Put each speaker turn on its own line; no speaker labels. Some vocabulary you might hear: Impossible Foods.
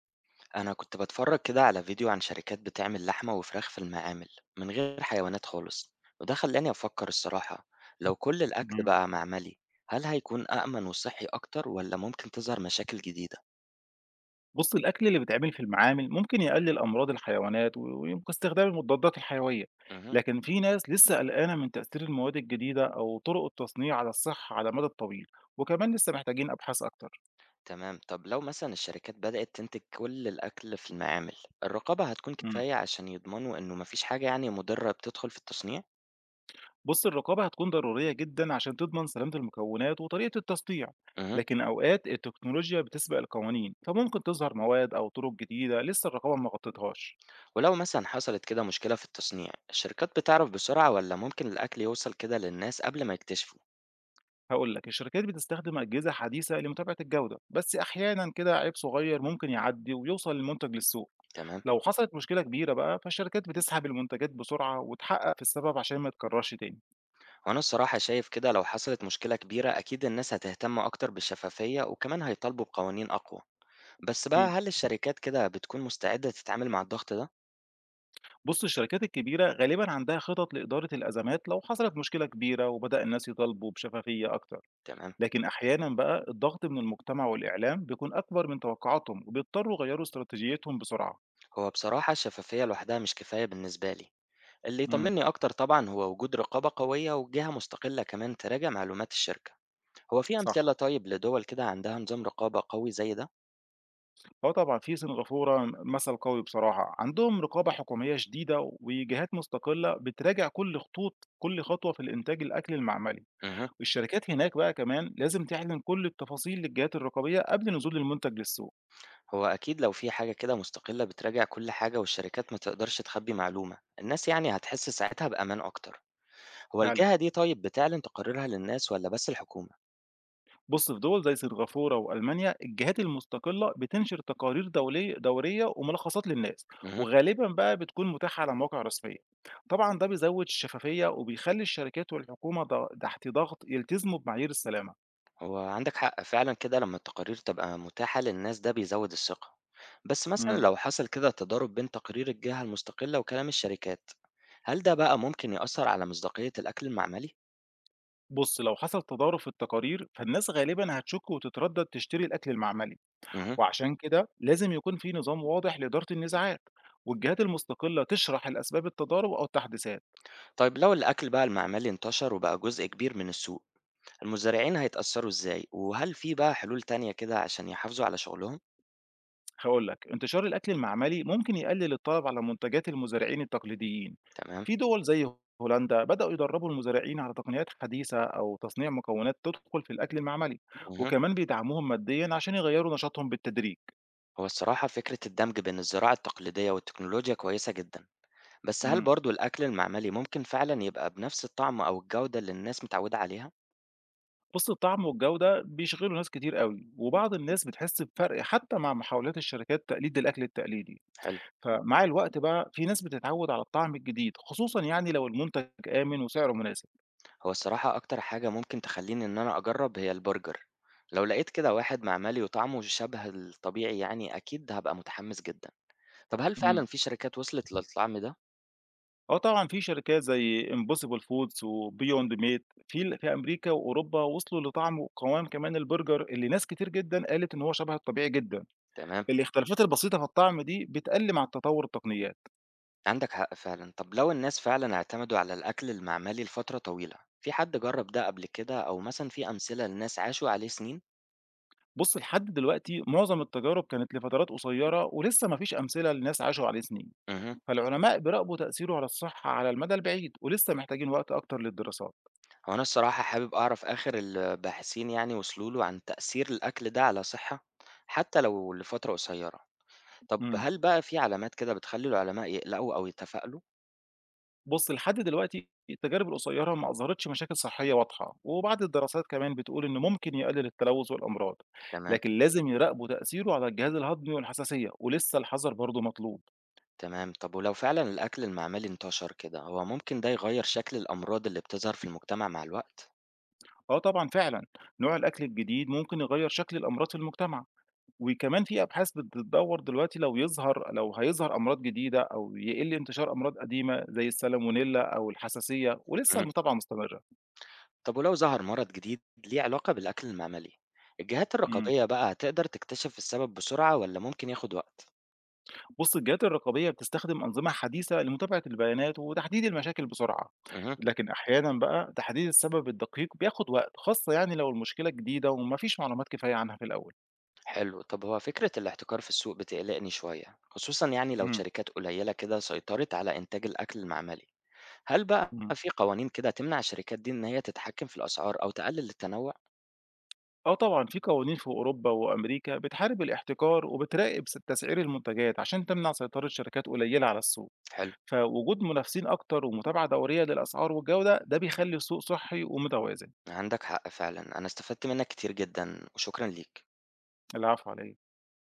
أنا كنت باتفرج كده على فيديو عن شركات بتعمل لحمة وفراخ في المعامل من غير حيوانات خالص، وده خلاني أفكر الصراحة. لو كل الأكل
إمم.
بقى معملي، هل هيكون أأمن وصحي أكتر ولا ممكن تظهر مشاكل جديدة؟
بُص، الأكل اللي بيتعمل في المعامل ممكن يقلل أمراض الحيوانات ويمكن استخدام المضادات الحيوية،
مه.
لكن في ناس لسه قلقانة من تأثير المواد الجديدة أو طرق التصنيع على الصحة على المدى الطويل، وكمان لسه محتاجين أبحاث أكتر.
تمام. طب لو مثلا الشركات بدأت تنتج كل الأكل في المعامل، الرقابة هتكون
إمم.
كفاية عشان يضمنوا إنه مفيش حاجة يعني مضرة بتدخل في التصنيع؟
بُص، الرقابة هتكون ضرورية جدًا عشان تضمن سلامة المكونات وطريقة التصنيع،
مه.
لكن أوقات التكنولوجيا بتسبق القوانين، فممكن تظهر مواد أو طرق جديدة لسه الرقابة ما غطتهاش.
ولو مثلا حصلت كده مشكلة في التصنيع، الشركات بتعرف بسرعة ولا ممكن الأكل يوصل كده للناس قبل ما يكتشفوا؟
هاقول لك، الشركات بتستخدم أجهزة حديثة لمتابعة الجودة، بس أحيانًا كده عيب صغير ممكن يعدي ويوصل المنتج للسوق.
تمام.
لو حصلت مشكلة كبيرة بقى، فالشركات بتسحب المنتجات بسرعة وتحقق في السبب عشان ما يتكررش تاني.
وأنا الصراحة شايف كده، لو حصلت مشكلة كبيرة أكيد الناس هتهتم أكتر بالشفافية وكمان هيطالبوا بقوانين أقوى. بس بقى
أكيد.
هل الشركات كده بتكون مستعدة تتعامل مع الضغط ده؟
بُص، الشركات الكبيرة غالبًا عندها خطط لإدارة الأزمات لو حصلت مشكلة كبيرة وبدأ الناس يطالبوا بشفافية أكتر،
تمام.
لكن أحيانًا بقى الضغط من المجتمع والإعلام بيكون أكبر من توقعاتهم وبيضطروا يغيروا استراتيجيتهم بسرعة.
هو بصراحة الشفافية لوحدها مش كفاية بالنسبة لي، اللي
إمم،
يطمني أكتر طبعا هو وجود رقابة قوية وجهة مستقلة كمان تراجع معلومات الشركة. هو في
صح.
أمثلة طيب لدول كده عندها نظام رقابة قوي زي ده؟
آه طبعًا، في سنغافورة مثل قوي بصراحة، عندهم رقابة حكومية شديدة وجهات مستقلة بتراجع كل خطوة في الإنتاج الأكل المعملي،
أها.
والشركات هناك بقى كمان لازم تعلن كل التفاصيل للجهات الرقابية قبل نزول المنتج للسوق،
هو أكيد لو في حاجة كده مستقلة بتراجع كل حاجة والشركات ما تقدرش تخبي معلومة، الناس يعني هتحس ساعتها بأمان أكتر. هو
فعلًا،
الجهة دي طيب بتعلن تقاريرها للناس والّا بس الحكومة؟
بُص في دول زي سنغافورة وألمانيا الجهات المستقلة بتنشر تقارير دولية دورية وملخصات للناس،
اهم.
وغالبًا بقى بتكون متاحة على مواقع رسمية، طبعًا ده بيزود الشفافية وبيخلي الشركات والحكومة تحت ضغط يلتزموا بمعايير السلامة.
هو عندك حق فعلًا، كده لمّا التقارير تبقى متاحة للناس ده بيزود الثقة. بس مثلًا
إمم.
لو حصل كده تضارب بين تقارير الجهة المستقلة وكلام الشركات، هل ده بقى ممكن يأثر على مصداقية الأكل المعملي؟
بص لو حصل تضارب في التقارير فالناس غالبا هتشك وتتردد تشتري الأكل المعملي،
اهم.
وعشان كده لازم يكون في نظام واضح لإدارة النزاعات والجهات المستقلة تشرح الأسباب التضارب أو التحديثات.
طيب لو الأكل بقى المعملي انتشر وبقى جزء كبير من السوق، المزارعين هيتأثروا إزاي؟ وهل في بقى حلول تانية كده عشان يحافظوا على شغلهم؟
هقول لك انتشار الأكل المعملي ممكن يقلل الطلب على منتجات المزارعين التقليديين.
تمام.
في دول زي هولندا بدأوا يدربوا المزارعين على تقنيات حديثة أو تصنيع مكونات تدخل في الأكل المعملي،
اهم.
وكمان بيدعموهم ماديا عشان يغيروا نشاطهم بالتدريج.
هو الصراحة فكرة الدمج بين الزراعة التقليدية والتكنولوجيا كويسة جدًا. بس هل
مم.
برضه الأكل المعملي ممكن فعلًا يبقى بنفس الطعم أو الجودة اللي الناس متعودة عليها؟
بُص الطعم والجودة بيشغلوا ناس كتير أوي، وبعض الناس بتحس بفرق حتى مع محاولات الشركات تقليد الأكل التقليدي،
حلو.
فمع الوقت بقى في ناس بتتعود على الطعم الجديد، خصوصًا يعني لو المنتج آمن وسعره مناسب.
هو الصراحة أكتر حاجة ممكن تخلّيني إن أنا أجرّب هي البرجر، لو لقيت كده واحد معملي وطعمه شبه الطبيعي يعني أكيد هابقى متحمس جدًا. طب هل
إمم،
فعلًا في شركات وصلت للطعم ده؟
آه طبعًا في شركات زي Impossible Foods وBeyond Meat في أمريكا وأوروبا وصلوا لطعم وقوام كمان البرجر اللي ناس كتير جدًا قالت إن هو شبه الطبيعي جدًا.
تمام.
الاختلافات البسيطة في الطعم دي بتقل مع تطور التقنيات.
عندك حق فعلًا. طب لو الناس فعلًا اعتمدوا على الأكل المعملي لفترة طويلة، في حد جرّب ده قبل كده أو مثلًا في أمثلة لناس عاشوا عليه سنين؟
بُص لحد دلوقتي معظم التجارب كانت لفترات قصيرة ولسه ما فيش أمثلة لناس عاشوا عليه سنين،
اهم.
فالعلماء بيراقبوا تأثيره على الصحة على المدى البعيد ولسه محتاجين وقت أكتر للدراسات.
هو أنا الصراحة حابب أعرف آخر الباحثين يعني وصلوا له عن تأثير الأكل ده على الصحة حتى لو لفترة قصيرة. طب
إمم،
هل بقى في علامات كده بتخلي العلماء يقلقوا أو يتفائلوا؟
بُص لحد دلوقتي التجارب القصيرة ما أظهرتش مشاكل صحية واضحة، وبعض الدراسات كمان بتقول إنه ممكن يقلل التلوث والأمراض،
تمام
لكن لازم يراقبوا تأثيره على الجهاز الهضمي والحساسية ولسه الحذر برضه مطلوب.
تمام. طب ولو فعلا الأكل المعملي انتشر كده، هو ممكن ده يغير شكل الأمراض اللي بتظهر في المجتمع مع الوقت؟
آه طبعًا فعلًا، نوع الأكل الجديد ممكن يغير شكل الأمراض في المجتمع، وكمان في أبحاث بتدوّر دلوقتي لو هيظهر أمراض جديدة أو يقِل انتشار أمراض قديمة زي السالمونيلا أو الحساسية ولسه
مم.
المتابعة مستمرة.
طب ولو ظهر مرض جديد ليه علاقة بالأكل المعملي، الجهات
إمم.
الرقابية بقى هتقدر تكتشف السبب بسرعة ولا ممكن ياخد وقت؟
بُص الجهات الرقابية بتستخدم أنظمة حديثة لمتابعة البيانات وتحديد المشاكل بسرعة،
مهم.
لكن أحيانًا بقى تحديد السبب الدقيق بياخد وقت، خاصة يعني لو المشكلة جديدة وما فيش معلومات كفاية عنها في الأول.
حلو. طب هو فكرة الاحتكار في السوق بتقلقني شوية، خصوصًا يعني لو
إمم،
شركات قليلة كده سيطرت على إنتاج الأكل المعملي، هل بقى
إمم.
في قوانين كده تمنع الشركات دي إن هي تتحكم في الأسعار أو تقلل التنوع؟
آه طبعًا في قوانين في أوروبا وأمريكا بتحارب الاحتكار وبتراقب تسعير المنتجات عشان تمنع سيطرة شركات قليلة على السوق.
حلو.
فوجود منافسين أكتر ومتابعة دورية للأسعار والجودة، ده بيخلّي السوق صحّي ومتوازن.
عندك حق فعلًا. أنا استفدت منك كتير جدًا وشكرًا ليك.
العفو على إيه؟